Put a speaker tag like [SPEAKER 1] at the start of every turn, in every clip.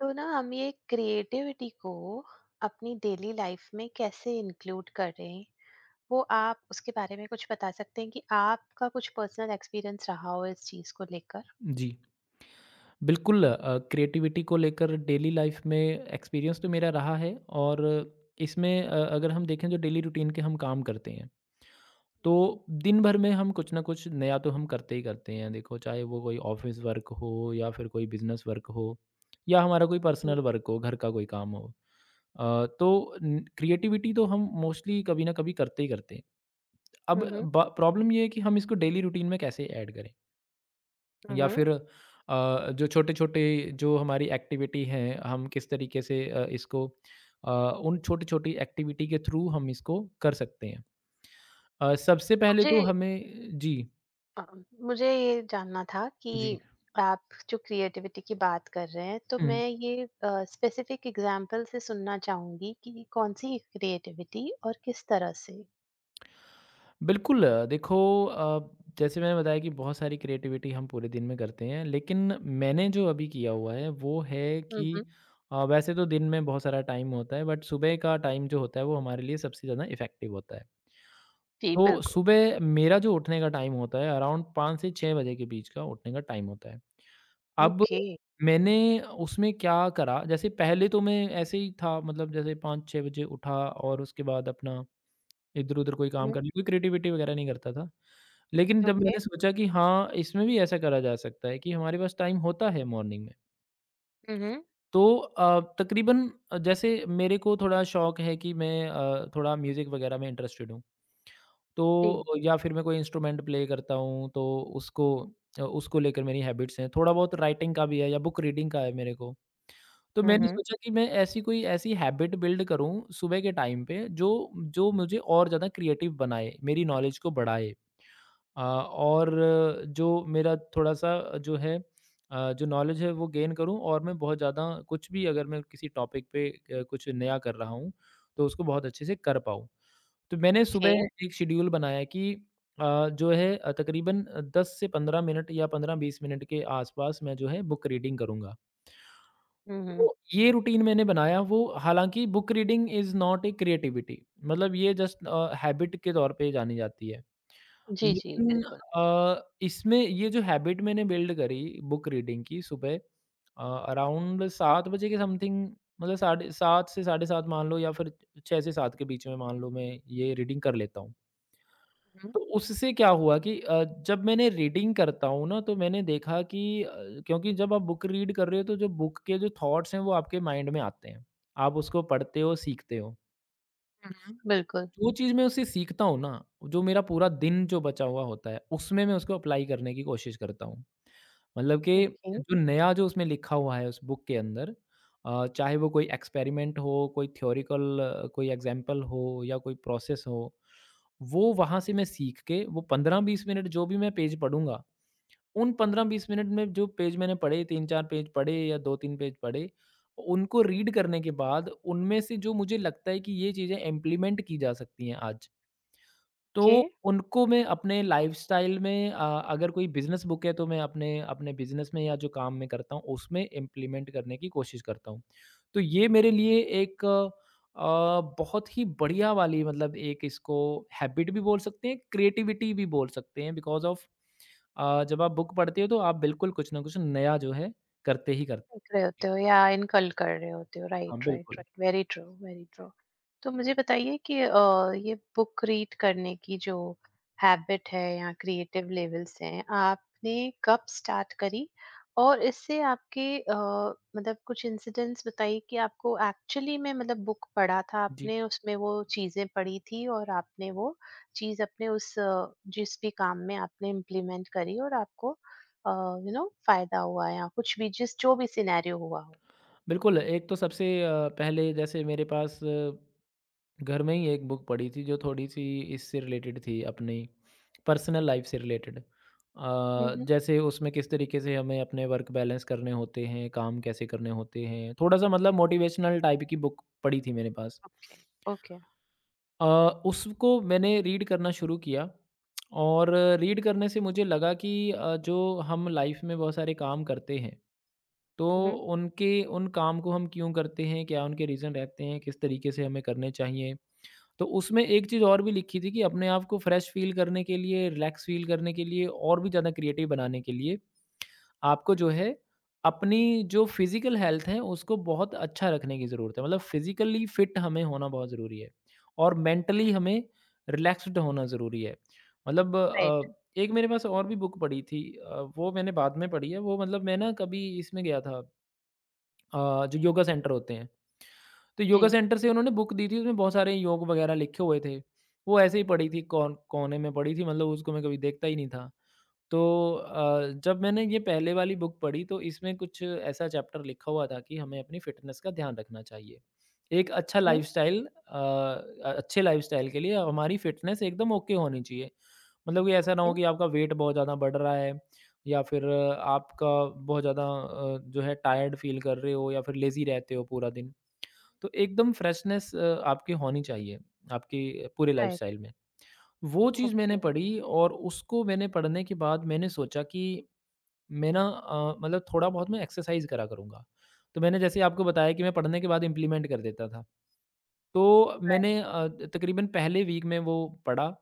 [SPEAKER 1] तो ना हम ये क्रिएटिविटी को अपनी डेली लाइफ में कैसे इंक्लूड कर रहे हैं, वो आप उसके बारे में कुछ बता सकते हैं कि आपका कुछ पर्सनल एक्सपीरियंस रहा हो इस चीज को लेकर?
[SPEAKER 2] जी, बिल्कुल क्रिएटिविटी को लेकर डेली लाइफ में एक्सपीरियंस तो मेरा रहा है और इसमें अगर हम देखें जो डेली रूटीन के हम काम करते हैं, तो दिन भर में हम कुछ न कुछ नया तो हम करते ही करते हैं। देखो, चाहे वो कोई ऑफ़िस वर्क हो या फिर कोई बिज़नेस वर्क हो या हमारा कोई पर्सनल
[SPEAKER 1] जी।
[SPEAKER 2] वर्क हो, घर का कोई काम हो।
[SPEAKER 1] जी।
[SPEAKER 2] तो न क्रिएटिविटी तो हम मोस्टली कभी न कभी करते ही करते हैं। अब
[SPEAKER 1] हम्म।
[SPEAKER 2] ब प्रॉब्लम ये है कि हम इसको डेली रूटीन में कैसे ऐड करें? या
[SPEAKER 1] हम्म।
[SPEAKER 2] फिर जो छोटे-छोटे जो हमारी एक्टिविटी हैं, हम किस तरीके से इसको अ, उन छोटी-छोटी एक्टिविटी के थ्रू हम इसको कर सकते हैं। सबसे पहले
[SPEAKER 1] मुझे
[SPEAKER 2] तो हमें जी,
[SPEAKER 1] अ, मुझे ये जानना था
[SPEAKER 2] जी।
[SPEAKER 1] कि आप जो क्रिएटिविटी की बात कर रहे हैं, तो
[SPEAKER 2] हुँ,
[SPEAKER 1] मैं ये स्पेसिफिक एग्जांपल से सुनना चाहूंगी कि कौन सी क्रिएटिविटी और किस तरह से।
[SPEAKER 2] बिल्कुल देखो, अ, जैसे मैंने बताया कि बहुत सारी क्रिएटिविटी हम पूरे दिन में करते हैं, लेकिन मैंने जो अभी किया हुआ है वो है कि
[SPEAKER 1] हम्म।
[SPEAKER 2] वैसे तो दिन में बहुत सारा टाइम होता है, बट सुबह का टाइम जो होता है वो हमारे लिए सबसे ज़्यादा इफ़ेक्टिव होता है।
[SPEAKER 1] जी,
[SPEAKER 2] तो
[SPEAKER 1] बिल्कुल।
[SPEAKER 2] सुबह मेरा जो उठने का टाइम होता है, अराउंड 5 से 6 बजे के बीच का उठने का टाइम होता है। अब
[SPEAKER 1] ओके।
[SPEAKER 2] मैंने उसमें क्या करा, जैसे पहले तो मैं ऐसे ही था, मतलब जैसे 5-6 बजे उठा और उसके बाद अपना इधर-उधर कोई काम
[SPEAKER 1] हम्म।
[SPEAKER 2] कर लिया, कोई क्रिएटिविटी वगैरह नहीं करता था। लेकिन जब
[SPEAKER 1] ओके।
[SPEAKER 2] मैंने सोचा कि हाँ, इसमें भी ऐसा करा जा सकता है कि हमारे पास टाइम होता है मॉर्निंग में। तो तकरीबन जैसे मेरे को थोड़ा शौक है कि मैं थोड़ा म्यूज़िक वगैरह में इंटरेस्टेड हूँ। तो
[SPEAKER 1] जी।
[SPEAKER 2] या फिर मैं कोई इंस्ट्रूमेंट प्ले करता हूँ तो उसको उसको लेकर मेरी हैबिट्स हैं। थोड़ा बहुत राइटिंग का भी है या बुक रीडिंग का है मेरे को। तो
[SPEAKER 1] हुँ,
[SPEAKER 2] मैंने
[SPEAKER 1] हुँ।
[SPEAKER 2] सोचा कि मैं ऐसी कोई ऐसी हैबिट बिल्ड करूँ सुबह के टाइम पे जो जो मुझे और ज़्यादा क्रिएटिव बनाए, मेरी नॉलेज को बढ़ाए। और जो मेरा थोड़ा-सा जो है जो नॉलेज है वो गेन करूँ, और मैं बहुत ज़्यादा कुछ भी अगर मैं किसी टॉपिक पे कुछ नया कर रहा हूँ, तो उसको बहुत अच्छे से कर पाऊँ। तो मैंने
[SPEAKER 1] ओके।
[SPEAKER 2] सुबह एक शेड्यूल बनाया कि जो है तकरीबन 10 से 15 मिनट या 15-20 मिनट के आसपास मैं जो है बुक रीडिंग करूँगा।
[SPEAKER 1] हुँ, हुँ।
[SPEAKER 2] तो ये रूटीन मैंने बनाया वो, हालाँकि book reading is not a creativity, मतलब ये जस्ट हैबिट के तौर पे जानी जाती है।
[SPEAKER 1] जी, जी,
[SPEAKER 2] लेकिन
[SPEAKER 1] बिल्कुल।
[SPEAKER 2] इसमें ये जो हैबिट मैंने बिल्ड करी बुक रीडिंग की, सुबह अराउंड 7 बजे के समथिंग, मतलब साढ़े 7 से साढ़े 7 मान लो या फिर 6 से 7 के बीच में मान लो, मैं ये रीडिंग कर लेता हूँ।
[SPEAKER 1] हुँ,
[SPEAKER 2] तो उससे क्या हुआ कि जब मैंने रीडिंग करता हूँ ना, तो मैंने देखा कि क्योंकि जब आप बुक रीड कर रहे हो तो जो बुक के जो थॉट्स हैं वो आपके माइंड में आते हैं। आप उसको पढ़ते हो, सीखते हो।
[SPEAKER 1] हुँ, हुँ, बिल्कुल।
[SPEAKER 2] जो चीज़ मैं उससे सीखता हूँ ना, जो मेरा पूरा दिन जो बचा हुआ होता है, उसमें मैं उसको अप्लाई करने की कोशिश करता हूँ। मतलब कि
[SPEAKER 1] ओके,
[SPEAKER 2] जो नया जो उसमें लिखा हुआ है उस बुक के अंदर, चाहे वो कोई एक्सपेरिमेंट हो, कोई थ्योरिकल, कोई एग्ज़ाम्पल हो या कोई प्रोसेस हो, वो वहाँ से मैं सीख के वो 15-20 मिनट जो भी मैं पेज पढ़ूँगा, उन 15-20 मिनट में जो पेज मैंने पढ़े, 3-4 पेज पढ़े या 2-3 पेज पढ़े, उनको रीड करने के बाद उनमें से जो मुझे लगता है कि ये चीज़ें इम्प्लीमेंट की जा सकती हैं आज। तो
[SPEAKER 1] ओके।
[SPEAKER 2] उनको मैं अपने लाइफ़स्टाइल में, अगर कोई बिज़नेस बुक है तो मैं अपने अपने बिज़नेस में या जो काम मैं करता हूँ उसमें इम्प्लीमेंट करने की कोशिश करता हूँ। तो ये मेरे लिए एक बहुत ही बढ़िया वाली, मतलब एक इसको हैबिट भी बोल सकते हैं, क्रिएटिविटी भी बोल सकते हैं, बिकॉज़ ऑफ़ जब आप बुक पढ़ते हो तो आप बिल्कुल कुछ ना कुछ नया जो है करते ही करते
[SPEAKER 1] सीख रहे
[SPEAKER 2] हैं।
[SPEAKER 1] होते हो या इनकल कर रहे होते हो।
[SPEAKER 2] हाँ,
[SPEAKER 1] राइट, राइट,
[SPEAKER 2] बिल्कुल।
[SPEAKER 1] Right. Very true, very true. तो मुझे बताइए कि ये बुक रीड करने की जो हैबिट है या क्रिएटिव लेवल्स हैं, आपने कब स्टार्ट करी? और इससे आपके मतलब कुछ इंसिडेंट्स बताइए कि आपको एक्चुअली में मतलब बुक पढ़ा था
[SPEAKER 2] जी,
[SPEAKER 1] आपने, उसमें वो चीज़ें पढ़ी थी और आपने वो चीज़ अपने उस जिस भी काम में आपने इम्प्लीमेंट करी और आपको फायदा हुआ, या कुछ भी जिस जो भी सिनेरियो हुआ हो।
[SPEAKER 2] बिल्कुल। एक तो सबसे पहले, जैसे मेरे पास घर में ही एक बुक पढ़ी थी जो थोड़ी-सी इससे रिलेटेड थी, अपनी पर्सनल लाइफ से रिलेटेड।
[SPEAKER 1] हम्म।
[SPEAKER 2] जैसे उसमें किस तरीके से हमें अपने वर्क बैलेंस करने होते हैं, काम कैसे करने होते हैं, थोड़ा-सा मतलब मोटिवेशनल टाइप की बुक पड़ी थी मेरे पास।
[SPEAKER 1] Okay, okay.
[SPEAKER 2] उसको मैंने रीड करना शुरू किया और रीड करने से मुझे लगा कि जो हम लाइफ में बहुत सारे काम करते हैं, तो
[SPEAKER 1] हम्म।
[SPEAKER 2] उनके उन काम को हम क्यों करते हैं, क्या उनके रीज़न रहते हैं, किस तरीके से हमें करने चाहिए। तो उसमें एक चीज़ और भी लिखी थी कि अपने आप को फ्रेश फ़ील करने के लिए, रिलैक्स फ़ील करने के लिए और भी ज़्यादा क्रिएटिव बनाने के लिए, आपको जो है अपनी जो फ़िज़िकल हेल्थ है उसको बहुत अच्छा रखने की ज़रूरत है। मतलब फ़िज़िकली फ़िट हमें होना बहुत ज़रूरी है और मेंटली हमें रिलैक्स्ड होना ज़रूरी है। मतलब
[SPEAKER 1] राइट।
[SPEAKER 2] एक मेरे पास और भी बुक पड़ी थी, वो मैंने बाद में पढ़ी है। वो, मतलब मैं ना कभी इसमें गया था, जो योगा सेंटर होते हैं। तो योगा
[SPEAKER 1] जी।
[SPEAKER 2] सेंटर से उन्होंने बुक दी थी, उसमें बहुत सारे योग वगैरह लिखे हुए थे। वो ऐसे ही पड़ी थी, कोने में पड़ी थी, मतलब उसको मैं कभी देखता ही नहीं था। तो जब मैंने ये पहले वाली बुक पढ़ी तो इसमें कुछ ऐसा चैप्टर लिखा हुआ था कि हमें अपनी फिटनेस का ध्यान रखना चाहिए। एक अच्छा
[SPEAKER 1] हम्म।
[SPEAKER 2] लाइफ़स्टाइल, अच्छे लाइफ़स्टाइल के लिए हमारी फिटनेस एकदम ओके होनी चाहिए। मतलब कि ऐसा ना हो कि आपका वेट बहुत ज़्यादा बढ़ रहा है या फिर आपका बहुत ज़्यादा जो है टायर्ड फ़ील कर रहे हो या फिर लेज़ी रहते हो पूरा दिन। तो एकदम फ्रेशनेस आपकी होनी चाहिए, आपकी पूरे
[SPEAKER 1] राइट।
[SPEAKER 2] लाइफ़स्टाइल में। वो चीज़
[SPEAKER 1] ओके।
[SPEAKER 2] मैंने पढ़ी और उसको मैंने पढ़ने के बाद मैंने सोचा कि मैं ना, मतलब थोड़ा बहुत मैं एक्सरसाइज़ करा करूँगा। तो मैंने जैसे आपको बताया कि मैं पढ़ने के बाद इम्प्लीमेंट कर देता था। तो मैंने तकरीबन पहले वीक में वो पढ़ा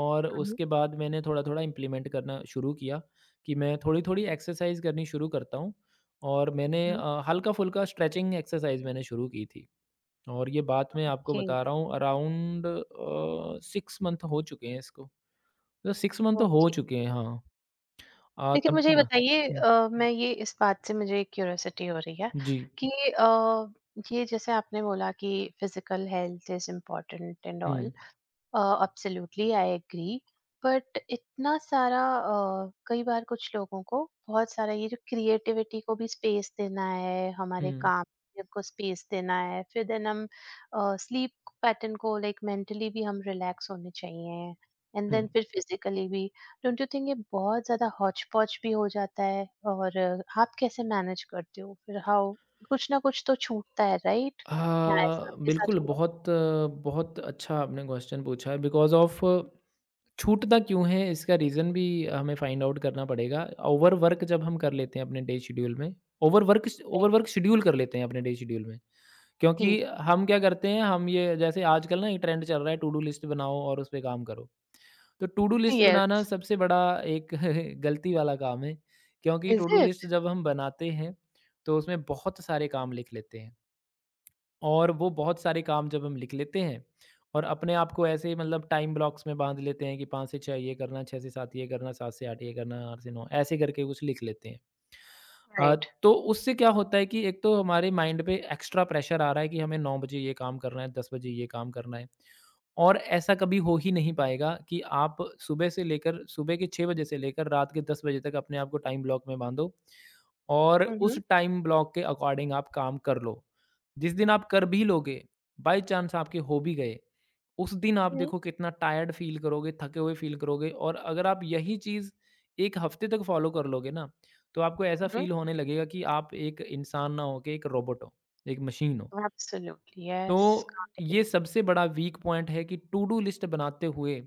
[SPEAKER 2] और
[SPEAKER 1] हम्म।
[SPEAKER 2] उसके बाद मैंने थोड़ा-थोड़ा इम्प्लीमेंट करना शुरू किया कि मैं थोड़ी-थोड़ी एक्सरसाइज़ करनी शुरू करता हूँ, और मैंने
[SPEAKER 1] हम्म।
[SPEAKER 2] हल्का-फुल्का स्ट्रेचिंग एक्सरसाइज़ मैंने शुरू की थी। और ये बात मैं आपको
[SPEAKER 1] ओके।
[SPEAKER 2] बता रहा हूँ, अराउंड 6 मंथ हो चुके हैं इसको। मतलब 6 मंथ तो हो
[SPEAKER 1] ओके।
[SPEAKER 2] चुके हैं, हाँ।
[SPEAKER 1] लेकिन
[SPEAKER 2] तब
[SPEAKER 1] मुझे
[SPEAKER 2] की
[SPEAKER 1] ये
[SPEAKER 2] बात।
[SPEAKER 1] बताइए,
[SPEAKER 2] हुँ,
[SPEAKER 1] मैं ये इस बात से मुझे क्यूरियोसिटी हो रही है
[SPEAKER 2] जी।
[SPEAKER 1] कि अ, ये जैसे आपने बोला कि physical health is important and
[SPEAKER 2] हुँ,
[SPEAKER 1] all, absolutely I agree. But इतना सारा, कई बार कुछ लोगों को बहुत सारा, ये जो क्रिएटिविटी को भी स्पेस देना है, हमारे
[SPEAKER 2] हुँ,
[SPEAKER 1] काम को स्पेस देना है, फिर देन हम स्लीप पैटर्न को, लाइक मेंटली भी हम रिलैक्स होने चाहिए एंड
[SPEAKER 2] हुँ।
[SPEAKER 1] देन फिर फिजिकली भी, डोंट यू थिंक ये बहुत ज्यादा हॉच पॉच भी हो जाता है? और आप कैसे मैनेज करते हो फिर? हाउ कुछ ना कुछ तो छूटता है, राइट? क्या ऐसा
[SPEAKER 2] हाँ,
[SPEAKER 1] आपके साथ
[SPEAKER 2] बिल्कुल।
[SPEAKER 1] हुआ?
[SPEAKER 2] बहुत अच्छा आपने क्वेश्चन पूछा है। बिकॉज़ ऑफ छूटता क्यों है, इसका रीज़न भी हमें फाइंड आउट करना पड़ेगा। ओवरवर्क जब हम कर लेते हैं अपने डे शेड्यूल में, ओवरवर्क
[SPEAKER 1] राइट।
[SPEAKER 2] ओवरवर्क शेड्यूल कर लेते हैं अपने डे शेड्यूल में।
[SPEAKER 1] जी,
[SPEAKER 2] क्योंकि
[SPEAKER 1] जी।
[SPEAKER 2] हम क्या करते हैं, हम ये जैसे आजकल ना ये ट्रेंड चल रहा है, टू डू लिस्ट बनाओ और उस पे काम करो। तो टू डू लिस्ट बनाना
[SPEAKER 1] यस।
[SPEAKER 2] सबसे बड़ा एक गलती वाला काम है, क्योंकि
[SPEAKER 1] Is
[SPEAKER 2] to do
[SPEAKER 1] it?
[SPEAKER 2] List जब हम बनाते हैं, तो उसमें बहुत सारे काम लिख लेते हैं और वो बहुत सारे काम जब हम लिख लेते हैं और अपने आप को ऐसे, मतलब टाइम ब्लॉक्स में बाँध लेते हैं कि 5 से 6 ये करना, 6 से 7 ये करना, 7 से 8 ये करना, 8 से 9, ऐसे करके कुछ लिख लेते हैं। अ,
[SPEAKER 1] Right.
[SPEAKER 2] तो उससे क्या होता है कि एक तो हमारे माइंड पे एक्स्ट्रा प्रेशर आ रहा है कि हमें 9 बजे ये काम करना है, 10 बजे ये काम करना है। और ऐसा कभी हो ही नहीं पाएगा कि आप सुबह से लेकर, सुबह के 6 बजे से लेकर रात के 10 बजे तक अपने आप को टाइम ब्लॉक में बाँधो और उस
[SPEAKER 1] Mhm,
[SPEAKER 2] टाइम ब्लॉक के अकॉर्डिंग आप काम कर लो। जिस दिन आप कर भी लोगे, बाय चांस आपके हो भी गए, उस दिन आप
[SPEAKER 1] mhm,
[SPEAKER 2] देखो कितना टायर्ड फ़ील करोगे, थके हुए फ़ील करोगे। और अगर आप यही चीज़ 1 हफ़्ते तक फ़ॉलो कर लोगे ना, तो आपको ऐसा
[SPEAKER 1] Mhm.
[SPEAKER 2] फ़ील होने लगेगा कि आप एक इंसान ना हो के एक रोबोट हो, एक मशीन हो।
[SPEAKER 1] Absolutely,
[SPEAKER 2] तो
[SPEAKER 1] yes, can't
[SPEAKER 2] ये
[SPEAKER 1] agree more.
[SPEAKER 2] सबसे बड़ा वीक पॉइंट है कि टू डू लिस्ट बनाते हुए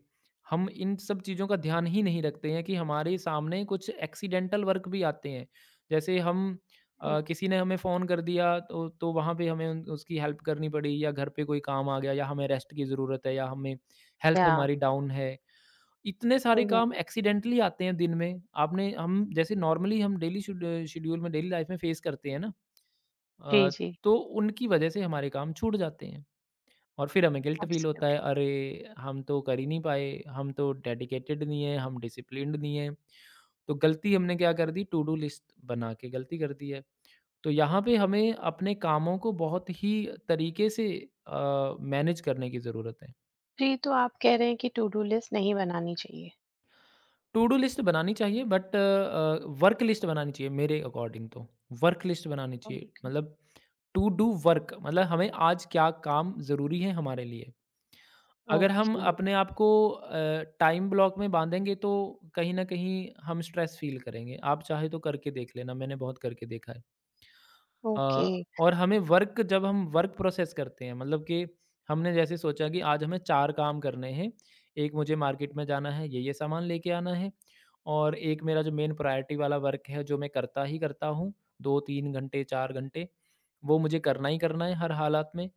[SPEAKER 2] हम इन सब चीज़ों का ध्यान ही नहीं रखते हैं कि हमारे सामने कुछ एक्सीडेंटल वर्क भी आते हैं, जैसे हम
[SPEAKER 1] हुँ।
[SPEAKER 2] किसी ने हमें फ़ोन कर दिया, तो वहाँ पे हमें उसकी हेल्प करनी पड़ी, या घर पे कोई काम आ गया, या हमें रेस्ट की ज़रूरत है, या हमें हेल्थ
[SPEAKER 1] या
[SPEAKER 2] हमारी डाउन है। इतने सारे
[SPEAKER 1] हुँ,
[SPEAKER 2] काम
[SPEAKER 1] हुँ।
[SPEAKER 2] एक्सीडेंटली आते हैं दिन में, आपने हम जैसे नॉर्मली हम डेली शेड्यूल में डेली लाइफ में फेस करते हैं ना।
[SPEAKER 1] जी,
[SPEAKER 2] अ,
[SPEAKER 1] जी,
[SPEAKER 2] तो उनकी वजह से हमारे काम छूट जाते हैं और फिर हमें गिल्ट फ़ील होता है,
[SPEAKER 1] एब्सोल्यूटली।
[SPEAKER 2] अरे! हम तो कर ही नहीं पाए, हम तो डेडिकेटेड नहीं हैं, हम डिसिप्लिन्ड नहीं हैं। तो गलती हमने क्या कर दी, टू डू लिस्ट बना के गलती कर दी है। तो यहाँ पे हमें अपने कामों को बहुत ही तरीके से मैनेज करने की ज़रूरत है।
[SPEAKER 1] जी, तो आप कह रहे हैं कि टू डू लिस्ट नहीं बनानी चाहिए?
[SPEAKER 2] टू डू लिस्ट बनानी चाहिए बट वर्क लिस्ट बनानी चाहिए मेरे अकॉर्डिंग तो। वर्क लिस्ट बनानी
[SPEAKER 1] हुँ।
[SPEAKER 2] चाहिए मतलब टू डू वर्क मतलब हमें आज क्या काम ज़रूरी है हमारे लिए। अगर हम
[SPEAKER 1] ओके।
[SPEAKER 2] अपने आप को टाइम ब्लॉक में बाँधेंगे तो कहीं न कहीं हम स्ट्रेस फ़ील करेंगे। आप चाहे तो करके देख लेना, मैंने बहुत करके देखा है। Uh,
[SPEAKER 1] okay.
[SPEAKER 2] और हमें वर्क जब हम वर्क प्रोसेस करते हैं मतलब कि हमने जैसे सोचा कि आज हमें 4 काम करने हैं। एक मुझे मार्केट में जाना है, ये-ये सामान लेके आना है और एक मेरा जो मेन प्रायोरिटी वाला वर्क है जो मैं करता ही करता हूँ, 2-3 घंटे, 4 घंटे, वो मुझे करना ही करना है हर हालात में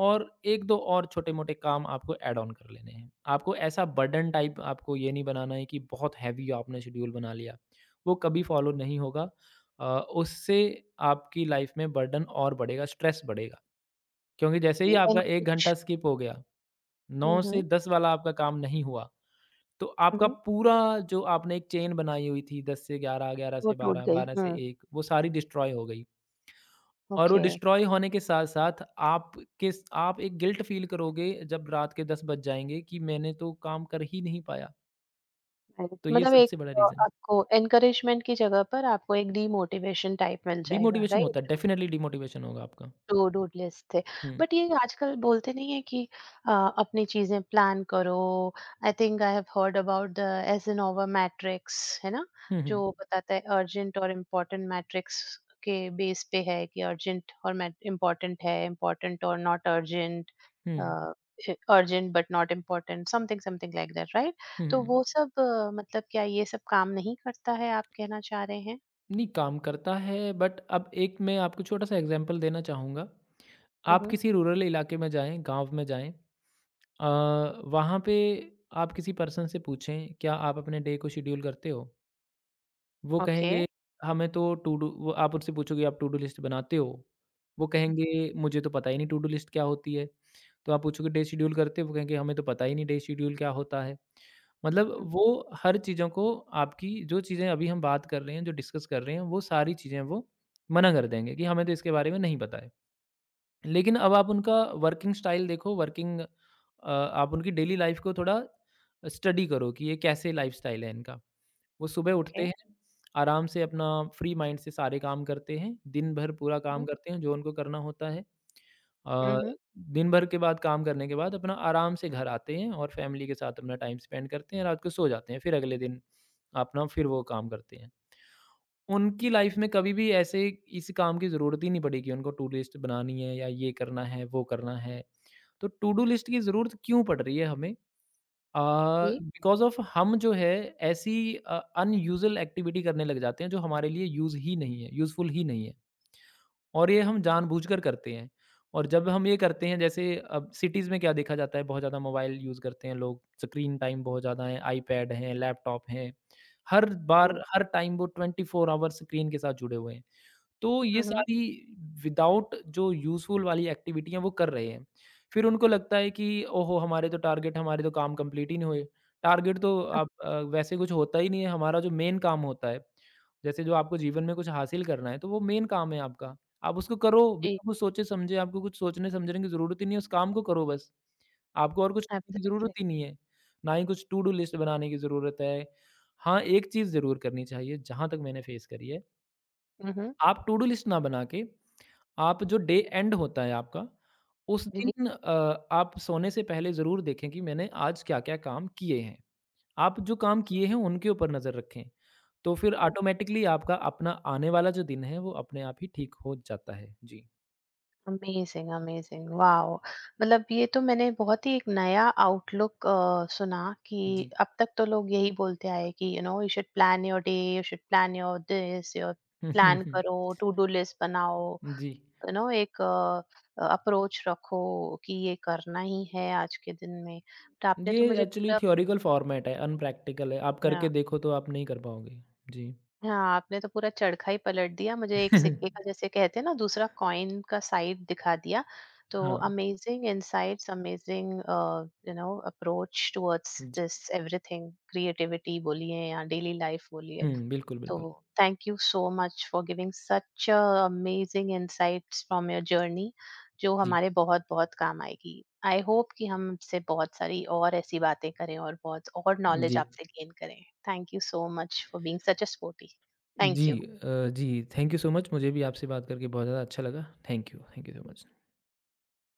[SPEAKER 2] और 1-2 और छोटे-मोटे काम आपको ऐड ऑन कर लेने हैं। आपको ऐसा बर्डन टाइप आपको ये नहीं बनाना है कि बहुत हैवी आपने शेड्यूल बना लिया, वो कभी फॉलो नहीं होगा। उससे आपकी लाइफ में बर्डन और बढ़ेगा, स्ट्रेस बढ़ेगा। क्योंकि जैसे ही
[SPEAKER 1] ओके एंड
[SPEAKER 2] आपका 1 घंटा
[SPEAKER 1] कुछ।
[SPEAKER 2] स्किप हो गया,
[SPEAKER 1] हुँ,
[SPEAKER 2] 9 से
[SPEAKER 1] हुँ।
[SPEAKER 2] 10 वाला आपका काम नहीं हुआ, तो आपका
[SPEAKER 1] हुँ।
[SPEAKER 2] पूरा जो आपने एक चेन बनाई हुई थी 10 से 11, 11
[SPEAKER 1] वो
[SPEAKER 2] से
[SPEAKER 1] टूट
[SPEAKER 2] 12,
[SPEAKER 1] गई।
[SPEAKER 2] 12 से
[SPEAKER 1] हुँ।
[SPEAKER 2] 1 वो सारी डिस्ट्रॉय हो गई। और वो
[SPEAKER 1] ओके।
[SPEAKER 2] डिस्ट्रॉय होने के साथ-साथ आप किस आप एक गिल्ट फ़ील करोगे जब रात के 10 बज जाएँगे कि मैंने तो काम कर ही नहीं पाया।
[SPEAKER 1] राइट,
[SPEAKER 2] तो ये
[SPEAKER 1] मतलब एक
[SPEAKER 2] सबसे बड़ा रीज़न है।
[SPEAKER 1] आपको एनकरेजमेंट की जगह पर आपको एक डीमोटिवेशन टाइप मिल जाएगा,
[SPEAKER 2] डिमोटिवेशन होता है,
[SPEAKER 1] राइट?
[SPEAKER 2] डेफ़िनिटली डिमोटिवेशन होगा आपका।
[SPEAKER 1] टू डू लिस्ट थे।
[SPEAKER 2] हुँ।
[SPEAKER 1] बट ये आजकल बोलते नहीं है कि अ, अपनी चीज़ें प्लान करो। I think I have heard about the Eisenhower matrix, है ना?
[SPEAKER 2] हुँ, हुँ।
[SPEAKER 1] जो बताता है अर्जेंट और इम्पोर्टेंट मैट्रिक्स के बेस पे है, कि अर्जेंट और मैट इम्पोर्टेंट है, इम्पोर्टेंट और नॉट अर्जेंट,
[SPEAKER 2] हुँ।
[SPEAKER 1] Uh, urgent but not important, something something like that, right?
[SPEAKER 2] हुँ,
[SPEAKER 1] तो
[SPEAKER 2] हुँ।
[SPEAKER 1] वो सब, मतलब क्या ये सब काम नहीं करता है, आप कहना चाह रहे हैं?
[SPEAKER 2] नहीं, काम करता है बट अब एक मैं आपको छोटा-सा एग्ज़ाम्पल देना चाहूँगा।
[SPEAKER 1] हुँ,
[SPEAKER 2] आप
[SPEAKER 1] हुँ।
[SPEAKER 2] किसी रूरल इलाके में जाएँ, गाँव में जाएँ। अ, वहाँ पे आप किसी पर्सन से पूछें, "क्या आप अपने डे को शेड्यूल करते हो?" वो
[SPEAKER 1] ओके।
[SPEAKER 2] कहेंगे हमें तो टू डू वो आप उनसे पूछोगे आप टू डू लिस्ट बनाते हो? वो
[SPEAKER 1] हुँ,
[SPEAKER 2] कहेंगे मुझे तो पता ही नहीं टू डू लिस्ट क्या होती है? तो आप पूछोगे डे शेड्यूल करते हो? वो कहेंगे हमें तो पता ही नहीं डे शेड्यूल क्या होता है? मतलब
[SPEAKER 1] हुँ।
[SPEAKER 2] वो हर चीज़ों को आपकी जो चीज़ें अभी हम बात कर रहे हैं, जो डिस्कस कर रहे हैं, वो सारी चीज़ें वो मना कर देंगे कि हमें तो इसके बारे में नहीं पता है। लेकिन अब आप उनका वर्किंग स्टाइल देखो आप उनकी डेली लाइफ़ को थोड़ा स्टडी करो कि ये कैसे लाइफ़स्टाइल है इनका। वो सुबह उठते
[SPEAKER 1] ओके।
[SPEAKER 2] हैं, आराम से अपना फ्री माइंड से सारे काम करते हैं, दिन भर पूरा काम
[SPEAKER 1] हुँ,
[SPEAKER 2] करते हैं जो उनको करना होता है।
[SPEAKER 1] हुँ,
[SPEAKER 2] अ,
[SPEAKER 1] हुँ।
[SPEAKER 2] दिन भर के बाद काम करने के बाद अपना आराम से घर आते हैं और फैमिली के साथ अपना टाइम स्पेंड करते हैं, रात को सो जाते हैं, फिर अगले दिन अपना फिर वो काम करते हैं। उनकी लाइफ में कभी भी ऐसे इस काम की ज़रूरत ही नहीं पड़ी कि उनको टू लिस्ट बनानी है या ये करना है, वो करना है। तो टू डू लिस्ट की ज़रूरत क्यों पड़ रही है हमें?
[SPEAKER 1] जी।
[SPEAKER 2] बिकॉज ऑफ हम जो है ऐसी अनयूजुअल एक्टिविटी करने लग जाते हैं जो हमारे लिए यूज ही नहीं है यूजफुल ही नहीं है और ये हम जानबूझकर करते हैं और जब हम ये करते हैं जैसे अब सिटीज़ में क्या देखा जाता है बहुत ज़्यादा मोबाइल यूज़ करते हैं लोग स्क्रीन टाइम बहुत ज़्यादा है आईपैड हैं लैपटॉप हैं हर बार
[SPEAKER 1] Yes.
[SPEAKER 2] हर टाइम वो ट्वेंटी फोर आवर स्क्रीन के साथ जुड़े हुए हैं। तो ये
[SPEAKER 1] Mhm.
[SPEAKER 2] सारी विदाउट जो यूज़फुल वाली एक्टिविटी है वो कर रहे हैं। फिर उनको लगता है कि ओहो! हमारे तो टारगेट हमारे तो काम कंप्लीट ही नहीं हुए। टारगेट तो आप वैसे कुछ होता ही नहीं है, हमारा जो मेन काम होता है, जैसे जो आपको जीवन में कुछ हासिल करना है तो वो मेन काम है आपका। आप उसको करो
[SPEAKER 1] जी।
[SPEAKER 2] बिना कुछ सोचे-समझे, आपको कुछ सोचने-समझने की ज़रूरत ही नहीं है, उस काम को करो बस। आपको और कुछ करने की ज़रूरत
[SPEAKER 1] एब्सोल्युटली।
[SPEAKER 2] ही नहीं है, ना ही कुछ टू डू लिस्ट बनाने की ज़रूरत है। हाँ, एक चीज़ ज़रूर करनी चाहिए, जहाँ तक मैंने फेस करी है
[SPEAKER 1] हुँ, हुँ।
[SPEAKER 2] आप टू डू लिस्ट ना बना के, आप जो डे एंड होता है आपका, उस
[SPEAKER 1] जी।
[SPEAKER 2] दिन आप सोने से पहले ज़रूर देखें कि मैंने आज क्या-क्या काम किए हैं। आप जो काम किए हैं उनके ऊपर नज़र रखें, तो फिर ऑटोमैटिकली आपका अपना आने वाला जो दिन है, वो अपने आप ही ठीक हो जाता है। जी,
[SPEAKER 1] अमेज़िंग, अमेज़िंग, वॉव! मतलब ये तो मैंने बहुत ही एक नया आउटलुक सुना कि
[SPEAKER 2] जी।
[SPEAKER 1] अब तक तो लोग यही बोलते आए कि you should plan your day, you should plan your this, your plan करो, टू डू लिस्ट बनाओ,
[SPEAKER 2] जी,
[SPEAKER 1] एक अप्रोच रखो कि ये करना ही है आज के दिन में। तो आपने
[SPEAKER 2] ये
[SPEAKER 1] तो मुझे
[SPEAKER 2] एक्चुअली
[SPEAKER 1] पूरा।
[SPEAKER 2] थ्योरेटिकल फॉर्मेट है, अनप्रैक्टिकल है। आप करके
[SPEAKER 1] हाँ।
[SPEAKER 2] देखो तो आप नहीं कर पाओगे। जी।
[SPEAKER 1] हाँ, आपने तो पूरा चरखा ही पलट दिया मुझे, एक सिक्के का जैसे कहते हैं ना, दूसरा कॉइन का साइड दिखा दिया। तो
[SPEAKER 2] हाँ,
[SPEAKER 1] amazing insights, amazing approach towards
[SPEAKER 2] जी।
[SPEAKER 1] दिस एवरीथिंग, क्रिएटिविटी बोलिए या डेली लाइफ बोलिए।
[SPEAKER 2] हुँ, बिल्कुल,
[SPEAKER 1] So,
[SPEAKER 2] बिल्कुल।
[SPEAKER 1] thank you so much for giving such a amazing insights from your journey, जो
[SPEAKER 2] जी,
[SPEAKER 1] हमारे बहुत बहुत काम आएगी। आई होप कि हम आपसे बहुत सारी और ऐसी बातें करें और बहुत और नॉलेज
[SPEAKER 2] जी।
[SPEAKER 1] आपसे गेन करें। Thank you so much for being such a sporty.
[SPEAKER 2] जी
[SPEAKER 1] थैंक यू।
[SPEAKER 2] अ, जी, थैंक यू सो मच मुझे भी आपसे बात करके बहुत ज़्यादा अच्छा लगा। Thank you so much.